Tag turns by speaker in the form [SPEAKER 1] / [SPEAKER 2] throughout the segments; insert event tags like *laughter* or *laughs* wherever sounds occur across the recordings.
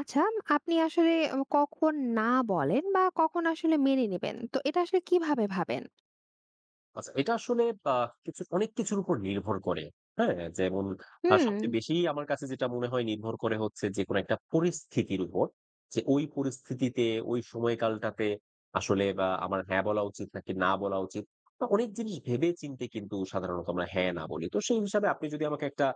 [SPEAKER 1] আচ্ছা, আপনি আসলে কখন না বলেন বা কখন আসলে মেনে নিবেন? তো এটা আসলে কিভাবে ভাবেন?
[SPEAKER 2] আচ্ছা, এটা আসলে আ কিছু অনেক কিছুর উপর নির্ভর করে। হ্যাঁ? যেমন
[SPEAKER 1] হুম।
[SPEAKER 2] সবচেয়ে বেশি আমার কাছে যেটা মনে হয় নির্ভর করে হচ্ছে যেকোনো একটা পরিস্থিতির উপর। যে ওই পরিস্থিতিতে, ওই সময়কালটাতে আসলে বা আমার হ্যাঁ বলা উচিত নাকি না বলা উচিত। তো অনেক জিনিস ভেবে চিন্তে কিন্তু সাধারণত আমরা হ্যাঁ না বলি। তো সেই হিসাবে আপনি যদি আমাকে একটা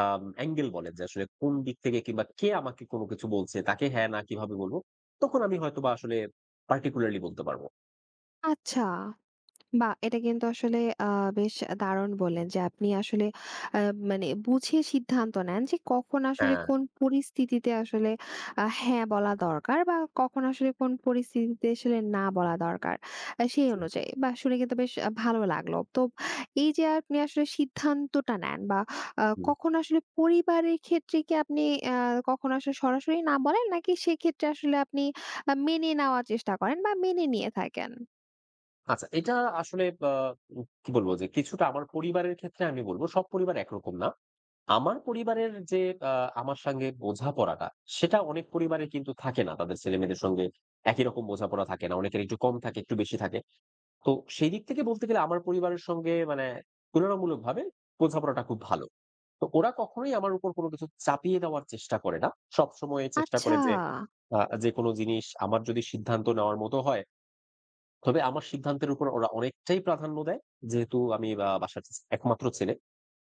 [SPEAKER 2] অ্যাঙ্গেল বলেন যে আসলে কোন দিক থেকে কিংবা কে আমাকে কোনো কিছু বলছে তাকে হ্যাঁ না কিভাবে বলব? তখন আমি হয়তোবা আসলে particularly বলতে পারব।
[SPEAKER 1] আচ্ছা। বাহ! এটা কিন্তু আসলে আ বেশ দারুণ বললেন যে আপনি আসলে আ মানে বুঝে সিদ্ধান্ত নেন যে কখন আসলে
[SPEAKER 2] হ্যাঁ,
[SPEAKER 1] কোন পরিস্থিতিতে আসলে হ্যাঁ বলা দরকার বা কখন আসলে কোন পরিস্থিতিতে আসলে না বলা দরকার। সেই
[SPEAKER 2] জি,
[SPEAKER 1] অনুযায়ী বাহ! শুনে কিন্তু বেশ ভালো লাগলো। তো এই যে আপনি আসলে সিদ্ধান্তটা নেন বা
[SPEAKER 2] জি।
[SPEAKER 1] কখন আসলে পরিবারের ক্ষেত্রে কি আপনি আ কখনো আসলে সরাসরি না বলেন নাকি সেক্ষেত্রে আসলে আপনি মেনে নেওয়ার চেষ্টা করেন বা মেনে নিয়ে থাকেন?
[SPEAKER 2] আচ্ছা, এটা আসলে বা কি বলবো? যে কিছুটা আমার পরিবারের ক্ষেত্রে আমি বলব সব পরিবার একরকম না। আমার পরিবারের যে আ আমার সঙ্গে বোঝাপড়াটা, সেটা অনেক পরিবারে কিন্তু থাকে না। তাদের ছেলেমেয়েদের সঙ্গে একই রকম বোঝাপড়া থাকে না। অনেকের একটু কম থাকে, একটু বেশি থাকে। তো সেই দিক থেকে বলতে গেলে আমার পরিবারের সঙ্গে মানে তুলনামূলকভাবে বোঝাপড়াটা খুব ভালো। তো ওরা কখনোই আমার উপর কোনো কিছু চাপিয়ে দেওয়ার চেষ্টা করে না। সবসময় চেষ্টা
[SPEAKER 1] আচ্ছা।
[SPEAKER 2] করে যে যেকোনো জিনিস আমার যদি সিদ্ধান্ত নেওয়ার মতো হয় তবে আমার সিদ্ধান্তের উপর ওরা অনেকটাই প্রাধান্য দেয়। যেহেতু আমি বাসার একমাত্র ছেলে।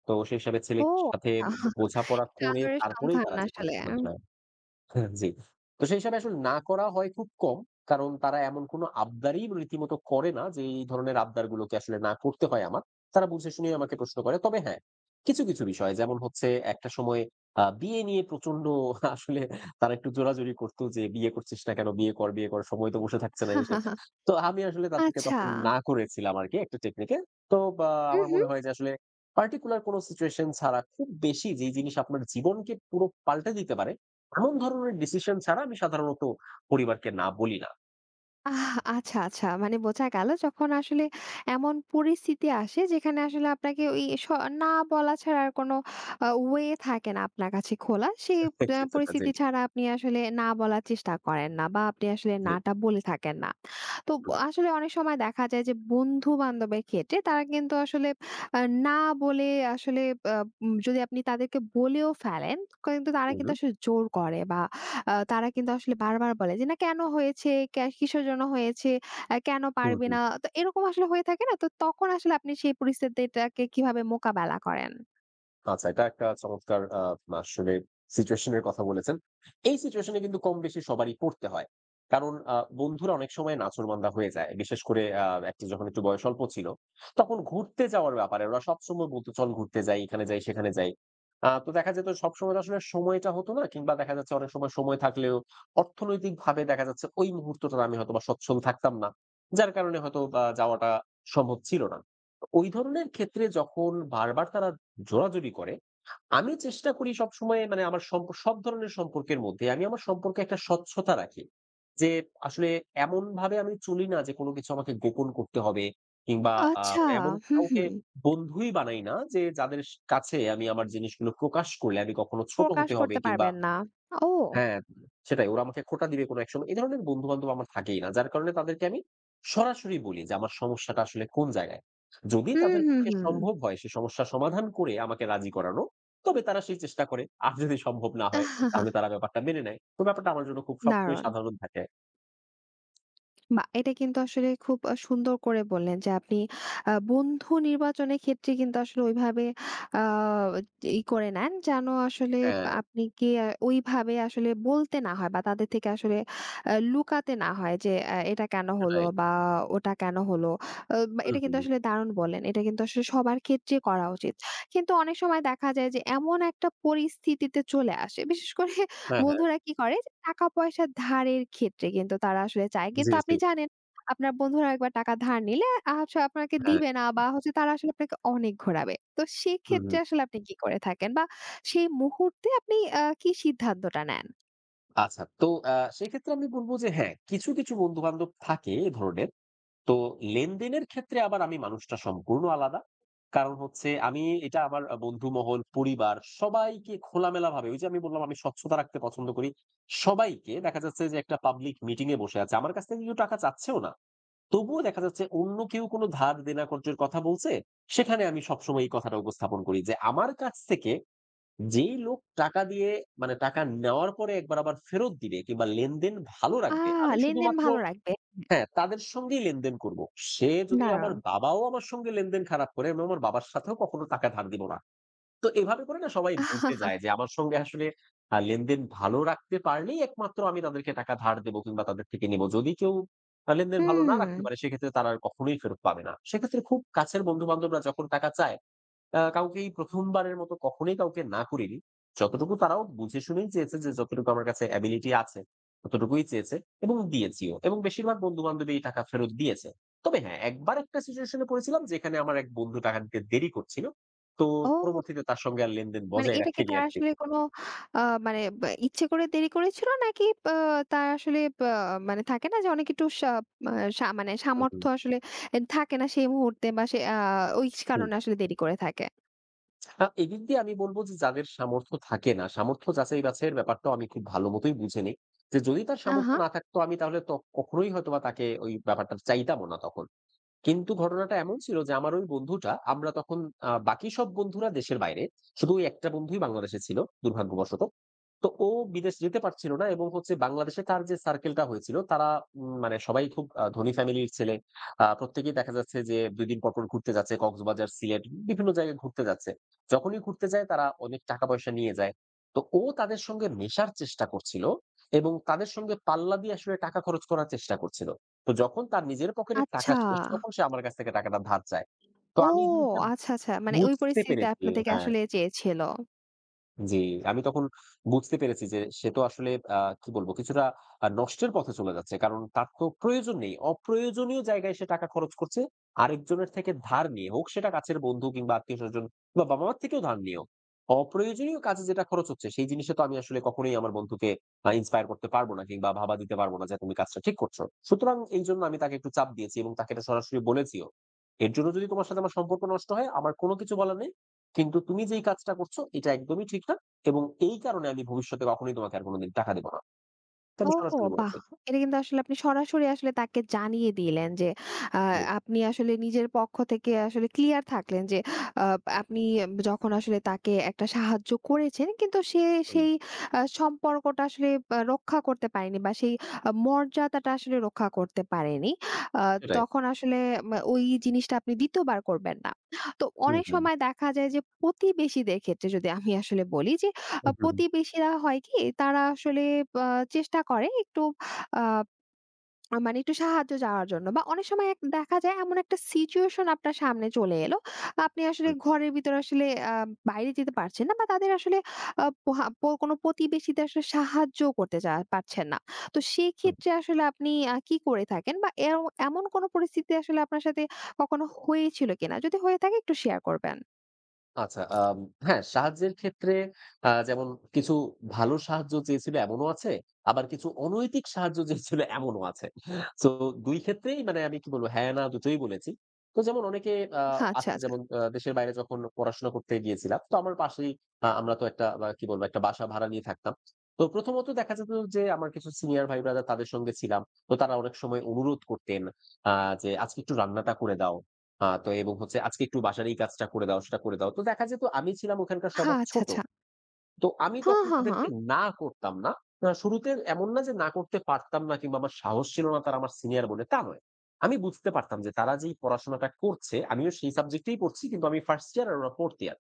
[SPEAKER 2] তো সেই হিসাবে
[SPEAKER 1] ও!
[SPEAKER 2] ছেলের সাথে
[SPEAKER 1] আচ্ছা। *laughs*
[SPEAKER 2] বোঝাপড়া
[SPEAKER 1] একটা
[SPEAKER 2] করে
[SPEAKER 1] আদরের
[SPEAKER 2] তারপরেই
[SPEAKER 1] সন্তান
[SPEAKER 2] তারা যেকোনো
[SPEAKER 1] আসলে।
[SPEAKER 2] সিদ্ধান্ত নেয়। হ্যাঁ, জি। তো সেই হিসাবে আসলে না করা হয় খুব কম। কারণ তারা এমন কোন আবদারই রীতিমতো করে না যে এই ধরনের আবদারগুলোকে আসলে না করতে হয় আমার। তারা বুঝে শুনেই আমাকে প্রশ্ন করে। তবে হ্যাঁ, কিছু, কিছু বিষয় যেমন হচ্ছে একটা সময় বিয়ে নিয়ে প্রচন্ড *laughs* আসলে তারা একটু জোরাজুরি করত যে, "বিয়ে করছিস না কেন? বিয়ে কর, বিয়ে কর। সময় তো বসে থাকছে না" এই সেই। তো আমি আসলে তাদেরকে
[SPEAKER 1] আচ্ছা।
[SPEAKER 2] তখন না করেছিলাম আরকি একটা টেকনিকে। তো বা আমার
[SPEAKER 1] হু,
[SPEAKER 2] মনে হয় যে আসলে পার্টিকুলার কোন সিচুয়েশন ছাড়া খুব বেশি যেই জিনিস আপনার জীবনকে পুরো পাল্টে দিতে পারে এমন ধরনের ডিসিশন ছাড়া আমি সাধারণত পরিবারকে না বলি না।
[SPEAKER 1] আহ! আচ্ছা, আচ্ছা। মানে বোঝা গেল যখন আসলে এমন পরিস্থিতি আসে যেখানে আসলে আপনাকে ওই না বলা ছাড়া আর কোনো ওয়ে থাকে না আপনার কাছে খোলা। সেই
[SPEAKER 2] *laughs* কিছুটা জি,
[SPEAKER 1] পরিস্থিতি ছাড়া আপনি আসলে না বলার চেষ্টা করেন না বা আপনি আসলে
[SPEAKER 2] জি।
[SPEAKER 1] না টা বলে থাকেন না। তো
[SPEAKER 2] হুম,
[SPEAKER 1] আসলে অনেক সময় দেখা যায় যে বন্ধু-বান্ধবের ক্ষেত্রে তারা কিন্তু আসলে আ না বলে আসলে আ যদি আপনি তাদেরকে বলেও ফেলেন কিন্তু তারা
[SPEAKER 2] হুম,
[SPEAKER 1] কিন্তু আসলে জোর করে বা তারা কিন্তু আসলে বারবার বলে যে, "না কেন হয়েছে? কিসের জন্য হয়েছে? কেন
[SPEAKER 2] হুম,
[SPEAKER 1] পারবে
[SPEAKER 2] হুম।
[SPEAKER 1] না?" তো এরকম আসলে হয়ে থাকে না? তো তখন আসলে আপনি সেই পরিস্থিতিটাকে কিভাবে মোকাবেলা করেন?
[SPEAKER 2] আচ্ছা, এটা একটা চমৎকার আসলে সিচুয়েশন এর কথা বলেছেন। এই সিচুয়েশন এ কিন্তু কম বেশি সবারই পড়তে হয়। কারণ বন্ধুরা অনেক সময় নাছোড়বান্দা হয়ে যায়। বিশেষ করে একটা যখন একটু বয়স অল্প ছিল, তখন ঘুরতে যাওয়ার ব্যাপারে ওরা সবসময় বলত, "চল ঘুরতে যাই, এখানে যাই, সেখানে যাই।" তো দেখা যেত সবসময় তো আসলে সময়টা হতো না কিংবা দেখা যাচ্ছে অনেক সময় সময় থাকলেও অর্থনৈতিকভাবে দেখা যাচ্ছে ওই মুহূর্তটাতে আমি হয়তোবা সচ্ছল থাকতাম না। যার কারণে হয়তো বা যাওয়াটা সম্ভব ছিল না। ওই ধরনের ক্ষেত্রে যখন বারবার তারা জোরাজুরি করে। আমি চেষ্টা করি সবসময় মানে আমার সব ধরনের সম্পর্কের মধ্যে আমি আমার সম্পর্কে একটা স্বচ্ছতা রাখি। যে আসলে এমনভাবে আমি চলি না যে কোন কিছু আমাকে গোপন করতে হবে কিংবা
[SPEAKER 1] আচ্ছা,
[SPEAKER 2] মানে এমন
[SPEAKER 1] হুম,
[SPEAKER 2] কাউকে
[SPEAKER 1] হুম।
[SPEAKER 2] বন্ধুই বানাই না যে যাদের কাছে আমি আমার জিনিসগুলো প্রকাশ করলে আমি কখনো ছোট
[SPEAKER 1] প্রকাশ
[SPEAKER 2] হতে হবে
[SPEAKER 1] করতে
[SPEAKER 2] কিংবা
[SPEAKER 1] পারবেন না। ও!
[SPEAKER 2] হ্যাঁ, সেটাই। ওরা আমাকে খোঁটা দিবে কোনো এক সময়। এ ধরনের বন্ধু-বান্ধব আমার থাকেই না। যার কারণে তাদেরকে আমি সরাসরি বলি যে আমার সমস্যাটা আসলে কোন জায়গায়। যদি
[SPEAKER 1] হুম,
[SPEAKER 2] তাদের
[SPEAKER 1] হুম,
[SPEAKER 2] পক্ষে
[SPEAKER 1] হুম।
[SPEAKER 2] সম্ভব হয় সে সমস্যা সমাধান করে আমাকে রাজি করানো, তবে তারা সেই চেষ্টা করে। আর যদি সম্ভব না হয় তাহলে
[SPEAKER 1] *laughs*
[SPEAKER 2] তারা ব্যাপারটা মেনে নেয়। তো ব্যাপারটা আমার জন্য খুব সবসময়
[SPEAKER 1] দারুণ।
[SPEAKER 2] সাধারণ থাকে।
[SPEAKER 1] বাহ! এটা কিন্তু আসলে খুব সুন্দর করে বললেন যে আপনি বন্ধু নির্বাচনের ক্ষেত্রে কিন্তু আসলে ওইভাবে আ ই করে নেন যেন আসলে
[SPEAKER 2] হ্যাঁ,
[SPEAKER 1] আপনি কি ওইভাবে আসলে বলতে না হয় বা তাদের থেকে আসলে লুকাতে না হয় যে এটা কেন হলো
[SPEAKER 2] সেটাই।
[SPEAKER 1] বা ওটা কেন হলো। বা
[SPEAKER 2] হুম,
[SPEAKER 1] এটা
[SPEAKER 2] হুম।
[SPEAKER 1] কিন্তু
[SPEAKER 2] হুম।
[SPEAKER 1] আসলে দারুণ বললেন। এটা কিন্তু আসলে সবার ক্ষেত্রে করা উচিত। কিন্তু অনেক সময় দেখা যায় যে এমন একটা পরিস্থিতিতে চলে আসে। বিশেষ করে
[SPEAKER 2] হ্যাঁ, হ্যাঁ।
[SPEAKER 1] বন্ধুরা কি করে? যে টাকা-পয়সা ধারের ক্ষেত্রে কিন্তু তারা আসলে চায়।
[SPEAKER 2] জি,
[SPEAKER 1] কিন্তু আপনি
[SPEAKER 2] জি।
[SPEAKER 1] জানেন আপনার বন্ধুরা একবার টাকা ধার নিলে হচ্ছে আপনাকে
[SPEAKER 2] হ্যাঁ।
[SPEAKER 1] দিবে না বা হচ্ছে তারা আসলে আপনাকে অনেক ঘোরাবে। তো
[SPEAKER 2] হুম,
[SPEAKER 1] সেক্ষেত্রে
[SPEAKER 2] হুম।
[SPEAKER 1] আসলে আপনি কি করে থাকেন? বা সেই মুহূর্তে আপনি কি সিদ্ধান্তটা নেন?
[SPEAKER 2] আচ্ছা। তো আ সেক্ষেত্রে আমি বলব যে হ্যাঁ, কিছু, কিছু বন্ধু-বান্ধব থাকে এ ধরনের। তো লেনদেনের ক্ষেত্রে আবার আমি মানুষটা সম্পূর্ণ আলাদা। কারণ হচ্ছে আমি এটা আমার বন্ধুমহল, পরিবার সবাইকে খোলামেলাভাবে ওই যে আমি বললাম আমি স্বচ্ছতা রাখতে পছন্দ করি। সবাইকে দেখা যাচ্ছে যে একটা পাবলিক মিটিং এ বসে আছে। আমার কাছ থেকে কেউ টাকা চাচ্ছেও না। তবুও দেখা যাচ্ছে অন্য কেউ কোনো ধার দেনা কর্জের কথা বলছে, সেখানে আমি সবসময় এই কথাটা উপস্থাপন করি যে আমার কাছ থেকে যেই লোক টাকা দিয়ে মানে টাকা নেওয়ার পরে একবার আবার ফেরত দিবে কিংবা লেনদেন ভালো
[SPEAKER 1] আ
[SPEAKER 2] রাখবে, আমি
[SPEAKER 1] লেনদেন
[SPEAKER 2] শুধুমাত্র
[SPEAKER 1] ভালো রাখবে।
[SPEAKER 2] হ্যাঁ, তাদের সঙ্গেই লেনদেন করব। সে যদি আমার
[SPEAKER 1] দারুণ!
[SPEAKER 2] বাবাও আমার সঙ্গে লেনদেন খারাপ করে, আমি আমার বাবার সাথেও কখনো টাকা ধার দিব না। তো এভাবে করে না সবাই বুঝে যায়
[SPEAKER 1] *laughs*
[SPEAKER 2] যে আমার সঙ্গে আসলে লেনদেন ভালো রাখতে পারলেই একমাত্র আমি তাদেরকে টাকা ধার দেব কিংবা তাদের থেকে নেব। যদি কেউ লেনদেন ভালো না
[SPEAKER 1] হুম।
[SPEAKER 2] রাখতে পারে সেক্ষেত্রে তারা আর কখনোই ফেরত পাবে না। সেক্ষেত্রে খুব কাছের বন্ধু-বান্ধবরা যখন টাকা চায় কাউকেই ১ম বারের মতো কখনোই কাউকে না করিনি। যতটুকু তারাও বুঝে শুনেই চেয়েছে যে যতটুকু আমার কাছে এবিলিটি আছে, ততটুকুই চেয়েছে এবং দিয়েছিও। এবং বেশিরভাগ বন্ধু-বান্ধবী এই টাকা ফেরত দিয়েছে। তবে হ্যাঁ, একবার একটা সিচুয়েশন এ পড়েছিলাম যেখানে আমার এক বন্ধু টাকা দিতে দেরি করছিল। তো
[SPEAKER 1] ও।
[SPEAKER 2] পরবর্তীতে তার সঙ্গে আর লেনদেন
[SPEAKER 1] মানে
[SPEAKER 2] বজায়
[SPEAKER 1] এটা কি
[SPEAKER 2] রাখিনি
[SPEAKER 1] তার
[SPEAKER 2] আরকি।
[SPEAKER 1] আসলে কোনো আ মানে বা ইচ্ছে করে দেরি করেছিল? নাকি আ তার আসলে বা মানে থাকে না যে অনেক একটু মা মানে
[SPEAKER 2] হু, হু,
[SPEAKER 1] সামর্থ্য আসলে এ থাকে না সেই মুহূর্তে বা সে ওই
[SPEAKER 2] হুম।
[SPEAKER 1] কারণে আসলে দেরি করে থাকে?
[SPEAKER 2] এদিক দিয়ে আমি বলব যে যাদের সামর্থ্য থাকে না, সামর্থ্য যাচাই-বাছাইয়ের ব্যাপারটাও আমি খুব ভালো মতোই বুঝে নেই। যে যদি তার
[SPEAKER 1] আহা!
[SPEAKER 2] সামর্থ্য না থাকতো আমি তাহলে তো কখনোই হয়তোবা তাকে ওই ব্যাপারটা চাইতামও না তখন। কিন্তু ঘটনাটা এমন ছিল যে আমার ওই বন্ধুটা আমরা তখন বাকি সব বন্ধুরা দেশের বাইরে। শুধু ওই একটা বন্ধুই বাংলাদেশে ছিল দুর্ভাগ্যবশত। তো ও বিদেশ যেতে পারছিল না এবং হচ্ছে বাংলাদেশে তার যে সার্কেলটা হয়েছিল তারা মানে সবাই খুব ধনী ফ্যামিলির ছেলে। প্রত্যেকেই দেখা যাচ্ছে যে ২ দিন পরপর ঘুরতে যাচ্ছে কক্সবাজার, সিলেট বিভিন্ন জায়গায় ঘুরতে যাচ্ছে। যখনই ঘুরতে যায় তারা অনেক টাকা পয়সা নিয়ে যায়। তো ও তাদের সঙ্গে মেশার চেষ্টা করছিল এবং তাদের সঙ্গে পাল্লা দিয়ে আসলে টাকা খরচ করার চেষ্টা করছিল। তো যখন তার নিজের পকেটের টাকা
[SPEAKER 1] আচ্ছা।
[SPEAKER 2] শেষ তখন সে আমার কাছ থেকে টাকাটা ধার চায়। তো
[SPEAKER 1] ও
[SPEAKER 2] আমি এই জিনিসটা
[SPEAKER 1] আচ্ছা, আচ্ছা। মানে ওই
[SPEAKER 2] বুঝতে
[SPEAKER 1] পরিস্থিতিতে
[SPEAKER 2] পেরেছি।
[SPEAKER 1] আপনা থেকে
[SPEAKER 2] হ্যাঁ।
[SPEAKER 1] আসলে চেয়েছিল।
[SPEAKER 2] জি, আমি তখন বুঝতে পেরেছি যে সে তো আসলে কি বলবো কিছুটা নষ্টের পথে চলে যাচ্ছে। কারণ তার তো প্রয়োজন নেই। অপ্রয়োজনীয় জায়গায় সে টাকা খরচ করছে। আরেকজনের থেকে ধার নিয়ে হোক সেটা কাছের বন্ধু কিংবা আত্মীয়স্বজন বা বাবা-মার থেকেও ধার নিয়েও। অপ্রয়োজনীয় কাজে যেটা খরচ হচ্ছে সেই জিনিসে তো আমি আসলে কখনোই আমার বন্ধুকে inspire করতে পারব না কিংবা ভাবা দিতে পারব না যে তুমি কাজটা ঠিক করছো। সুতরাং এইজন্য আমি তাকে একটু চাপ দিয়েছি এবং তাকে এটা সরাসরি বলেছিও। এর জন্য যদি তোমার সাথে আমার সম্পর্ক নষ্ট হয় আমার কোন কিছু বলার নেই। কিন্তু তুমি যেই কাজটা করছো এটা একদমই ঠিক না এবং এই কারণে আমি ভবিষ্যতে কখনোই তোমাকে আর কোনদিন টাকা দেব না। এটা আমি
[SPEAKER 1] ওহো!
[SPEAKER 2] সরাসরি
[SPEAKER 1] বাহ!
[SPEAKER 2] বলেছি।
[SPEAKER 1] এটা কিন্তু আসলে আপনি সরাসরি আসলে তাকে জানিয়ে দিলেন যে, আ
[SPEAKER 2] জি,
[SPEAKER 1] আপনি আসলে নিজের পক্ষ থেকে আসলে ক্লিয়ার থাকলেন যে, আ আপনি যখন আসলে তাকে একটা সাহায্য করেছেন কিন্তু সে
[SPEAKER 2] হুম,
[SPEAKER 1] সেই সম্পর্কটা আসলে রক্ষা করতে পারেনি বা সেই মর্যাদাটা আসলে রক্ষা করতে পারেনি। আ
[SPEAKER 2] সেটাই।
[SPEAKER 1] তখন আসলে ওই জিনিসটা আপনি ২য় বার করবেন না। তো
[SPEAKER 2] হুম,
[SPEAKER 1] অনেক
[SPEAKER 2] হুম,
[SPEAKER 1] সময় দেখা যায় যে, প্রতিবেশীদের ক্ষেত্রে যদি আমি আসলে বলি যে,
[SPEAKER 2] হুম, হুম,
[SPEAKER 1] প্রতিবেশীরা হয় কি তারা আসলে আ চেষ্টা করে একটু আ মানে একটু সাহায্য চাওয়ার জন্য বা অনেক সময় এক দেখা যায় এমন একটা সিচুয়েশন আপনার সামনে চলে এলো। আপনি আসলে
[SPEAKER 2] হুম,
[SPEAKER 1] ঘরের ভিতরে আসলে আ বাইরে যেতে পারছেন না বা তাদের আসলে পোহা প কোনো প্রতিবেশীদের আসলে সাহায্য করতে পারছেন না। তো
[SPEAKER 2] হুম।
[SPEAKER 1] সেক্ষেত্রে আসলে আপনি কি করে থাকেন বা এও এমন কোনো পরিস্থিতি আসলে আপনার সাথে কখনো হয়েছিল কিনা? যদি হয়ে থাকে একটু শেয়ার করবেন।
[SPEAKER 2] আচ্ছা, হ্যাঁ, সাহায্যের ক্ষেত্রে যেমন কিছু ভালো সাহায্য চেয়েছিল এমনও আছে। আবার কিছু অনৈতিক সাহায্য চেয়েছিল এমনও আছে। সো ২ ক্ষেত্রেই মানে আমি কি বলব হ্যাঁ, না দুটোই বলেছি। তো যেমন অনেকে আ
[SPEAKER 1] আচ্ছা,
[SPEAKER 2] আছে
[SPEAKER 1] আচ্ছা।
[SPEAKER 2] যেমন দেশের বাইরে যখন পড়াশোনা করতে গিয়েছিলাম, তো আমার পাশেই আমরা তো একটা কি বলবো একটা বাসা ভাড়া নিয়ে থাকতাম। তো প্রথমত দেখা যেত যে আমার কিছু সিনিয়র ভাই ব্রাদার তাদের সঙ্গে ছিলাম। তো তারা অনেক সময় অনুরোধ করতেন আ যে আজকে একটু রান্নাটা করে দাও। তো এবং হচ্ছে আজকে একটু বাসার এই কাজটা করে দাও, সেটা করে দাও। তো দেখা যেত আমি ছিলাম ওখানকার
[SPEAKER 1] হ্যাঁ,
[SPEAKER 2] সবার
[SPEAKER 1] আচ্ছা,
[SPEAKER 2] ছোট।
[SPEAKER 1] আচ্ছা।
[SPEAKER 2] তো আমি
[SPEAKER 1] হ্যাঁ,
[SPEAKER 2] তখন
[SPEAKER 1] হ্যাঁ, হ্যাঁ।
[SPEAKER 2] তাদেরকে না করতাম না। শুরুতে এমন না যে না করতে পারতাম না কিংবা আমার সাহস ছিল না তারা আমার সিনিয়র বলে, তা নয়। আমি বুঝতে পারতাম যে তারা যেই পড়াশোনাটা করছে, আমিও সেই সাবজেক্টেই পড়ছি কিন্তু আমি 1st ইয়ার আর ওরা 4th ইয়ার।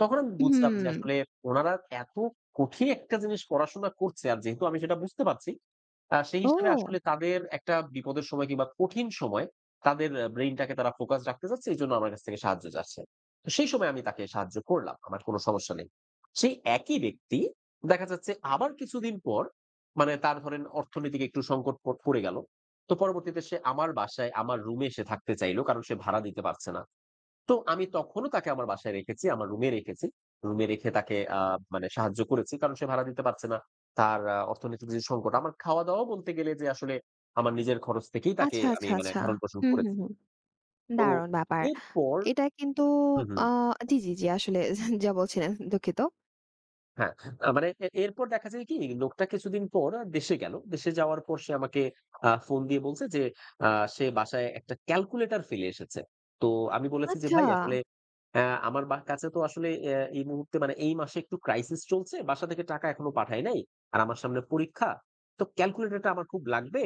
[SPEAKER 2] তখন আমি বুঝলাম
[SPEAKER 1] হুম।
[SPEAKER 2] যে আসলে উনারা এত কঠিন একটা জিনিস পড়াশোনা করছে আর যেহেতু আমি সেটা বুঝতে পারছি, সেই হিসাবে
[SPEAKER 1] ও!
[SPEAKER 2] আসলে তাদের একটা বিপদের সময় কিংবা কঠিন সময় তাদের ব্রেইনটাকে তারা ফোকাস রাখতে চাচ্ছে এজন্য আমার কাছ থেকে সাহায্য চাচ্ছে। তো সেই সময় আমি তাকে সাহায্য করলাম। আমার কোনো সমস্যা নেই। সেই একই ব্যক্তি দেখা যাচ্ছে আবার কিছুদিন পর মানে তার ধরেন অর্থনৈতিক একটু সংকট পড়ে গেল। তো পরবর্তীতে সে আমার বাসায় আমার রুমে এসে থাকতে চাইল। কারণ সে ভাড়া দিতে পারছে না। তো আমি তখনও তাকে আমার বাসায় রেখেছি, আমার রুমে রেখেছি। রুমে রেখে তাকে মানে সাহায্য করেছি। কারণ সে ভাড়া দিতে পারছে না। তার অর্থনৈতিক যে সংকট, আমার খাওয়া-দাওয়াও বলতে গেলে যে আসলে আমার নিজের খরচ থেকেই তাকে
[SPEAKER 1] আচ্ছা,
[SPEAKER 2] আমি
[SPEAKER 1] আচ্ছা,
[SPEAKER 2] মানে
[SPEAKER 1] আচ্ছা।
[SPEAKER 2] ভরণ-পোষণ
[SPEAKER 1] হুম, হুম,
[SPEAKER 2] করেছি।
[SPEAKER 1] হুম।
[SPEAKER 2] তো
[SPEAKER 1] দারুণ ব্যাপার।
[SPEAKER 2] এরপর
[SPEAKER 1] এটা কিন্তু
[SPEAKER 2] হু, হু।
[SPEAKER 1] আ জি, জি, জি। আসলে যা বলছিলেন দুঃখিত।
[SPEAKER 2] হ্যাঁ, মানে এরপর দেখা যায় কি লোকটা কিছুদিন পর দেশে গেল। দেশে যাওয়ার পর সে আমাকে ফোন দিয়ে বলছে যে আ সে বাসায় একটা ক্যালকুলেটর ফেলে এসেছে। তো আমি বলেছি যে,
[SPEAKER 1] আচ্ছা।
[SPEAKER 2] "ভাই আসলে আ আমার কাছে তো আসলে এই মুহূর্তে মানে এই মাসে একটু ক্রাইসিস চলছে। বাসা থেকে টাকা এখনো পাঠাই নাই। আর আমার সামনে পরীক্ষা। তো ক্যালকুলেটরটা আমার খুব লাগবে।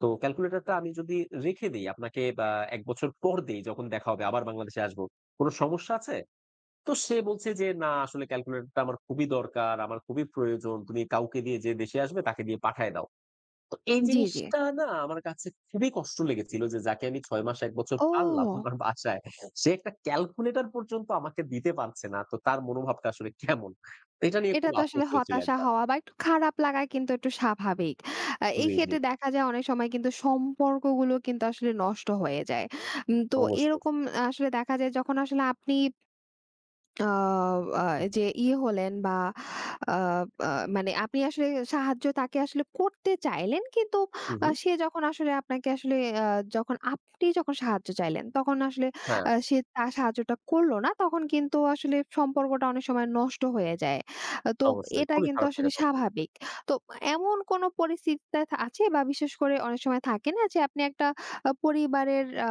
[SPEAKER 2] তো ক্যালকুলেটরটা আমি যদি রেখে দেই আপনাকে বা ১ বছর পর দেই যখন দেখা হবে আবার বাংলাদেশে আসবো। কোন সমস্যা আছে?" তো সে বলছে যে, "না আসলে ক্যালকুলেটরটা আমার খুবই দরকার, আমার খুবই প্রয়োজন। তুমি কাউকে দিয়ে যে দেশে আসবে তাকে দিয়ে পাঠায় দাও।" তো এই
[SPEAKER 1] জি, জি।
[SPEAKER 2] জিনিসটা না আমার কাছে খুবই কষ্ট লেগেছিল যে যাকে আমি ৬ মাস ১ বছর
[SPEAKER 1] ও!
[SPEAKER 2] পাললাম আমার বাসায়, সে একটা ক্যালকুলেটর পর্যন্ত আমাকে দিতে পারছে না। তো তার মনোভাবটা আসলে কেমন? এটা নিয়ে
[SPEAKER 1] এটা
[SPEAKER 2] খুব
[SPEAKER 1] তো আসলে
[SPEAKER 2] আফসোস হয়েছিল
[SPEAKER 1] হতাশা
[SPEAKER 2] একবার।
[SPEAKER 1] হওয়া বা একটু খারাপ লাগা কিন্তু একটু স্বাভাবিক। এই
[SPEAKER 2] জি, জি।
[SPEAKER 1] ক্ষেত্রে দেখা যায় অনেক সময় কিন্তু সম্পর্কগুলো কিন্তু আসলে নষ্ট হয়ে যায়। তো
[SPEAKER 2] অবশ্যই।
[SPEAKER 1] এরকম আসলে দেখা যায় যখন আসলে আপনি আ আ
[SPEAKER 2] হুম,
[SPEAKER 1] যে হলেন বা আ আ মানে আপনি আসলে সাহায্য তাকে আসলে করতে চাইলেন কিন্তু
[SPEAKER 2] হু, হু।
[SPEAKER 1] সে যখন আসলে আপনাকে আসলে আ যখন আপনি যখন সাহায্য চাইলেন তখন আসলে
[SPEAKER 2] হ্যাঁ,
[SPEAKER 1] সে তার সাহায্যটা করল না। তখন কিন্তু আসলে সম্পর্কটা অনেক সময় নষ্ট হয়ে যায়। আহ, তো
[SPEAKER 2] অবশ্যই।
[SPEAKER 1] এটা
[SPEAKER 2] খুবই
[SPEAKER 1] কিন্তু
[SPEAKER 2] খারাপ
[SPEAKER 1] আসলে
[SPEAKER 2] লাগে তখন।
[SPEAKER 1] স্বাভাবিক। তো এমন কোনো পরিস্থিতিতে আছে বা বিশেষ করে অনেক সময় থাকে না যে আপনি একটা পরিবারের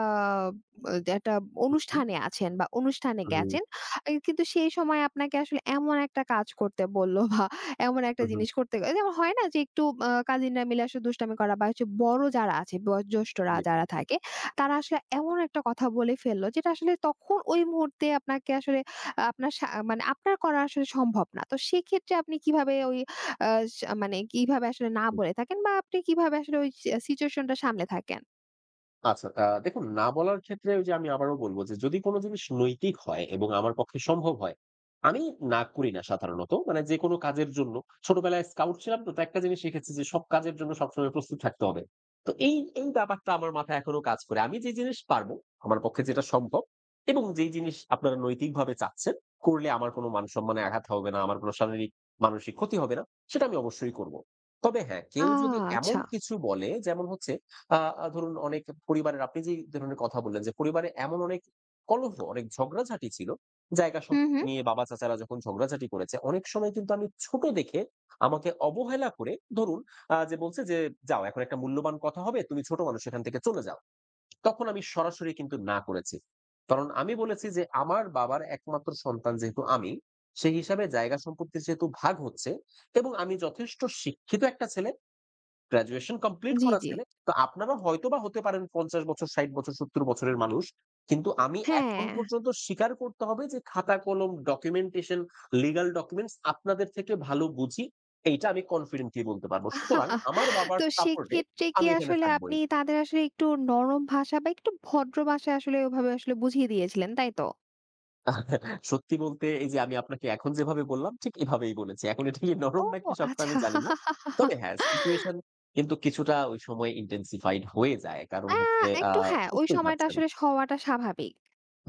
[SPEAKER 1] একটা
[SPEAKER 2] হু, হু,
[SPEAKER 1] অনুষ্ঠানে আছেন বা অনুষ্ঠানে
[SPEAKER 2] হু,
[SPEAKER 1] গেছেন। এই কিন্তু সেই সময় আপনাকে আসলে এমন একটা কাজ করতে বলল বা এমন একটা
[SPEAKER 2] হু, হু,
[SPEAKER 1] জিনিস করতে যেমন হয় না যে একটু কাজিনরা মিলে আসলে দুষ্টামি করা বা হচ্ছে বড় যারা আছে, বয়োজ্যেষ্ঠরা
[SPEAKER 2] জি।
[SPEAKER 1] যারা থাকে তারা আসলে এমন একটা কথা বলে ফেললো যেটা আসলে তখন ওই মুহূর্তে আপনাকে আসলে আপনার মানে আপনার করা আসলে সম্ভব না। তো সেক্ষেত্রে আপনি কিভাবে ওই আ মানে কিভাবে আসলে না বলে থাকেন বা আপনি কিভাবে আসলে ওই সিচুয়েশনটা সামলে থাকেন?
[SPEAKER 2] আচ্ছা, দেখুন না বলার ক্ষেত্রে ওই যে আমি আবারও বলব যে যদি কোন জিনিস নৈতিক হয় এবং আমার পক্ষে সম্ভব হয়, আমি না করি না সাধারণত। মানে যেকোনো কাজের জন্য ছোটবেলায় স্কাউট ছিলাম তো, তো একটা জিনিস শিখেছি যে সব কাজের জন্য সবসময় প্রস্তুত থাকতে হবে। তো এই ব্যাপারটা আমার মাথায় এখনো কাজ করে। আমি যে জিনিস পারব, আমার পক্ষে যেটা সম্ভব এবং যেই জিনিস আপনারা নৈতিকভাবে চাচ্ছেন, করলে আমার কোনো মান সম্মানে আঘাত হবে না, আমার কোনো শারীরিক মানসিক ক্ষতি হবে না, সেটা আমি অবশ্যই করব। তবে হ্যাঁ,
[SPEAKER 1] আ
[SPEAKER 2] কেউ যদি এমন
[SPEAKER 1] আচ্ছা।
[SPEAKER 2] কিছু বলে যেমন হচ্ছে আ আ ধরুন অনেক পরিবারের আপনি যেই ধরনের কথা বললেন যে, পরিবারে এমন অনেক কলহ, অনেক ঝগড়াঝাটি ছিল। জায়গা
[SPEAKER 1] হুম,
[SPEAKER 2] সম্পত্তি
[SPEAKER 1] হুম।
[SPEAKER 2] নিয়ে বাবা-চাচারা যখন ঝগড়াঝাটি করেছে, অনেক সময় কিন্তু আমি ছোট দেখে আমাকে অবহেলা করে ধরুন যে বলছে যে, "যাও এখন একটা মূল্যবান কথা হবে, তুমি ছোট মানুষ এখান থেকে চলে যাও।" তখন আমি সরাসরি কিন্তু না করেছি। কারণ আমি বলেছি যে, "আমার বাবার একমাত্র সন্তান যেহেতু আমি, সেই হিসাবে জায়গা সম্পত্তির যেহেতু ভাগ হচ্ছে এবং আমি যথেষ্ট শিক্ষিত একটা ছেলে গ্র্যাজুয়েশন কমপ্লিট
[SPEAKER 1] জি,
[SPEAKER 2] করা
[SPEAKER 1] জি।
[SPEAKER 2] ছেলে। তো আপনারা হয়তোবা হতে পারেন ৫০ বছর, ৬০ বছর, ৭০ বছরের মানুষ। কিন্তু আমি এখন
[SPEAKER 1] হ্যাঁ।
[SPEAKER 2] পর্যন্ত স্বীকার করতে হবে যে খাতা কলম, ডকুমেন্টেশন, লিগাল ডকুমেন্টস আপনাদের থেকে ভালো বুঝি। এইটা আমি কনফিডেন্টলি বলতে পারবো। সুতরাং আমার বাবার
[SPEAKER 1] তো
[SPEAKER 2] সাপোর্ট এ
[SPEAKER 1] সেক্ষেত্রে কি
[SPEAKER 2] আমি এখানে
[SPEAKER 1] আসলে
[SPEAKER 2] থাকবোই।
[SPEAKER 1] আপনি তাদের আসলে একটু নরম ভাষা বা একটু ভদ্র ভাষায় আসলে ওভাবে আসলে বুঝিয়ে দিয়েছিলেন, তাই তো?
[SPEAKER 2] সত্যি বলতে এই যে আমি আপনাকে এখন যেভাবে বললাম ঠিক এভাবেই বলেছি। এখন এটা কি
[SPEAKER 1] ও
[SPEAKER 2] নরম নাকি শক্ত আমি
[SPEAKER 1] আচ্ছা।
[SPEAKER 2] জানি না। তবে হ্যাঁ, সিচুয়েশন কিন্তু কিছুটা ওই সময় ইনটেনসিফাইড হয়ে যায়। কারণ
[SPEAKER 1] আ
[SPEAKER 2] হচ্ছে
[SPEAKER 1] একটু হ্যাঁ, ওই
[SPEAKER 2] বুঝতেই
[SPEAKER 1] সময়টা
[SPEAKER 2] পারছেন।
[SPEAKER 1] আসলে হওয়াটা স্বাভাবিক।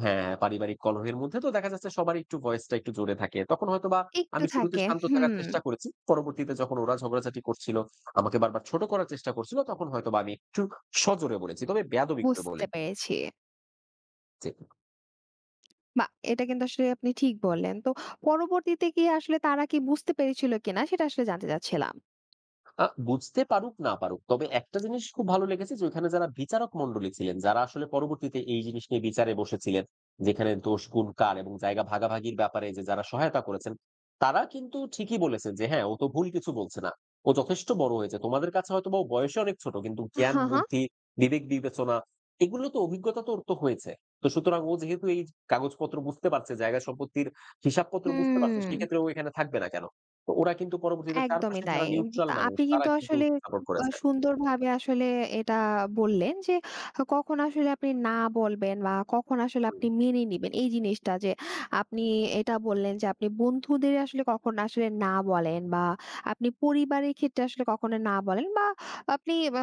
[SPEAKER 2] হ্যাঁ, হ্যাঁ, পারিবারিক কলহের মধ্যে তো দেখা যাচ্ছে সবার একটু ভয়েসটা একটু জোরে থাকে। তখন হয়তোবা
[SPEAKER 1] একটু
[SPEAKER 2] আমি শুরুতে
[SPEAKER 1] থাকে।
[SPEAKER 2] শান্ত থাকার
[SPEAKER 1] হুম,
[SPEAKER 2] চেষ্টা করেছি। পরবর্তীতে যখন ওরা ঝগড়াঝাটি করছিল, আমাকে বারবার ছোট করার চেষ্টা করছিল, তখন হয়তোবা আমি একটু সজোরে বলেছি। তবে বেয়াদবি করে
[SPEAKER 1] বুঝতে
[SPEAKER 2] বলিনি।
[SPEAKER 1] পেরেছি।
[SPEAKER 2] জি।
[SPEAKER 1] বাহ! এটা কিন্তু আসলে আপনি ঠিক বললেন। তো পরবর্তীতে গিয়ে আসলে তারা কি বুঝতে পেরেছিল কিনা সেটা আসলে জানতে চাচ্ছিলাম।
[SPEAKER 2] বুঝতে পারুক না পারুক। তবে একটা জিনিস খুব ভালো লেগেছে যে ওইখানে যারা বিচারক মণ্ডলী ছিলেন, যারা আসলে পরবর্তীতে এই জিনিস নিয়ে বিচারে বসেছিলেন, যেখানে দোষ গুণ কার এবং জায়গা ভাগাভাগির ব্যাপারে যে যারা সহায়তা করেছেন, তারা কিন্তু ঠিকই বলেছেন যে হ্যাঁ, ও তো ভুল কিছু বলছে না। ও যথেষ্ট বড় হয়েছে। তোমাদের কাছে হয়তোবা ও বয়সে অনেক ছোট। কিন্তু জ্ঞান,
[SPEAKER 1] হা, হা।
[SPEAKER 2] বুদ্ধি, বিবেক বিবেচনা এগুলো তো অভিজ্ঞতা তো ওর তো হয়েছে। তো সুতরাং ও যেহেতু এই কাগজপত্র বুঝতে পারছে, জায়গা সম্পত্তির হিসাবপত্র বুঝতে পারছে,
[SPEAKER 1] হুম।
[SPEAKER 2] সেক্ষেত্রে ও এখানে থাকবে না কেন? তো ওরা কিন্তু পরবর্তীতে
[SPEAKER 1] একদমই
[SPEAKER 2] চারপাশে
[SPEAKER 1] তাই।
[SPEAKER 2] যারা নিউট্রাল
[SPEAKER 1] তা
[SPEAKER 2] মানুষ
[SPEAKER 1] আপনি
[SPEAKER 2] তারা
[SPEAKER 1] কিন্তু
[SPEAKER 2] কিন্তু
[SPEAKER 1] আসলে
[SPEAKER 2] সাপোর্ট করেছে।
[SPEAKER 1] সুন্দরভাবে আসলে এটা বললেন যে, কখন আসলে আপনি না বলবেন বা কখন আসলে
[SPEAKER 2] হুম,
[SPEAKER 1] আপনি মেনে নিবেন এই জিনিসটা যে, আপনি এটা বললেন যে, আপনি বন্ধুদের আসলে কখন আসলে না বলেন বা আপনি পরিবারের ক্ষেত্রে আসলে কখনো না বলেন বা আপনি আ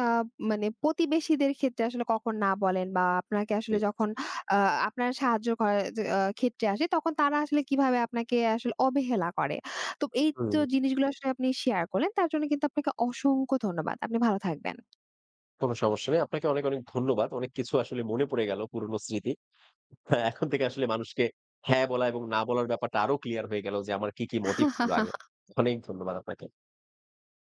[SPEAKER 1] মানে প্রতিবেশীদের ক্ষেত্রে আসলে কখন না বলেন বা আপনাকে আসলে
[SPEAKER 2] জি।
[SPEAKER 1] যখন আ আপনার সাহায্য করার যে ক্ষেত্রে আসে তখন তারা আসলে কিভাবে আপনাকে আসলে অবহেলা করে? তো এই তো
[SPEAKER 2] হুম,
[SPEAKER 1] জিনিসগুলো আসলে আপনি শেয়ার করলেন। তার জন্য কিন্তু আপনাকে অসংখ্য ধন্যবাদ। আপনি ভালো থাকবেন।
[SPEAKER 2] কোনো সমস্যা নেই। আপনাকে অনেক, অনেক ধন্যবাদ। অনেক কিছু আসলে মনে পড়ে গেল পুরনো স্মৃতি। হ্যাঁ, এখন থেকে আসলে মানুষকে হ্যাঁ বলা এবং না বলার ব্যাপারটা আরো ক্লিয়ার হয়ে গেল যে আমার কি, কি মোটিভ ছিল আগে। অনেক ধন্যবাদ আপনাকে।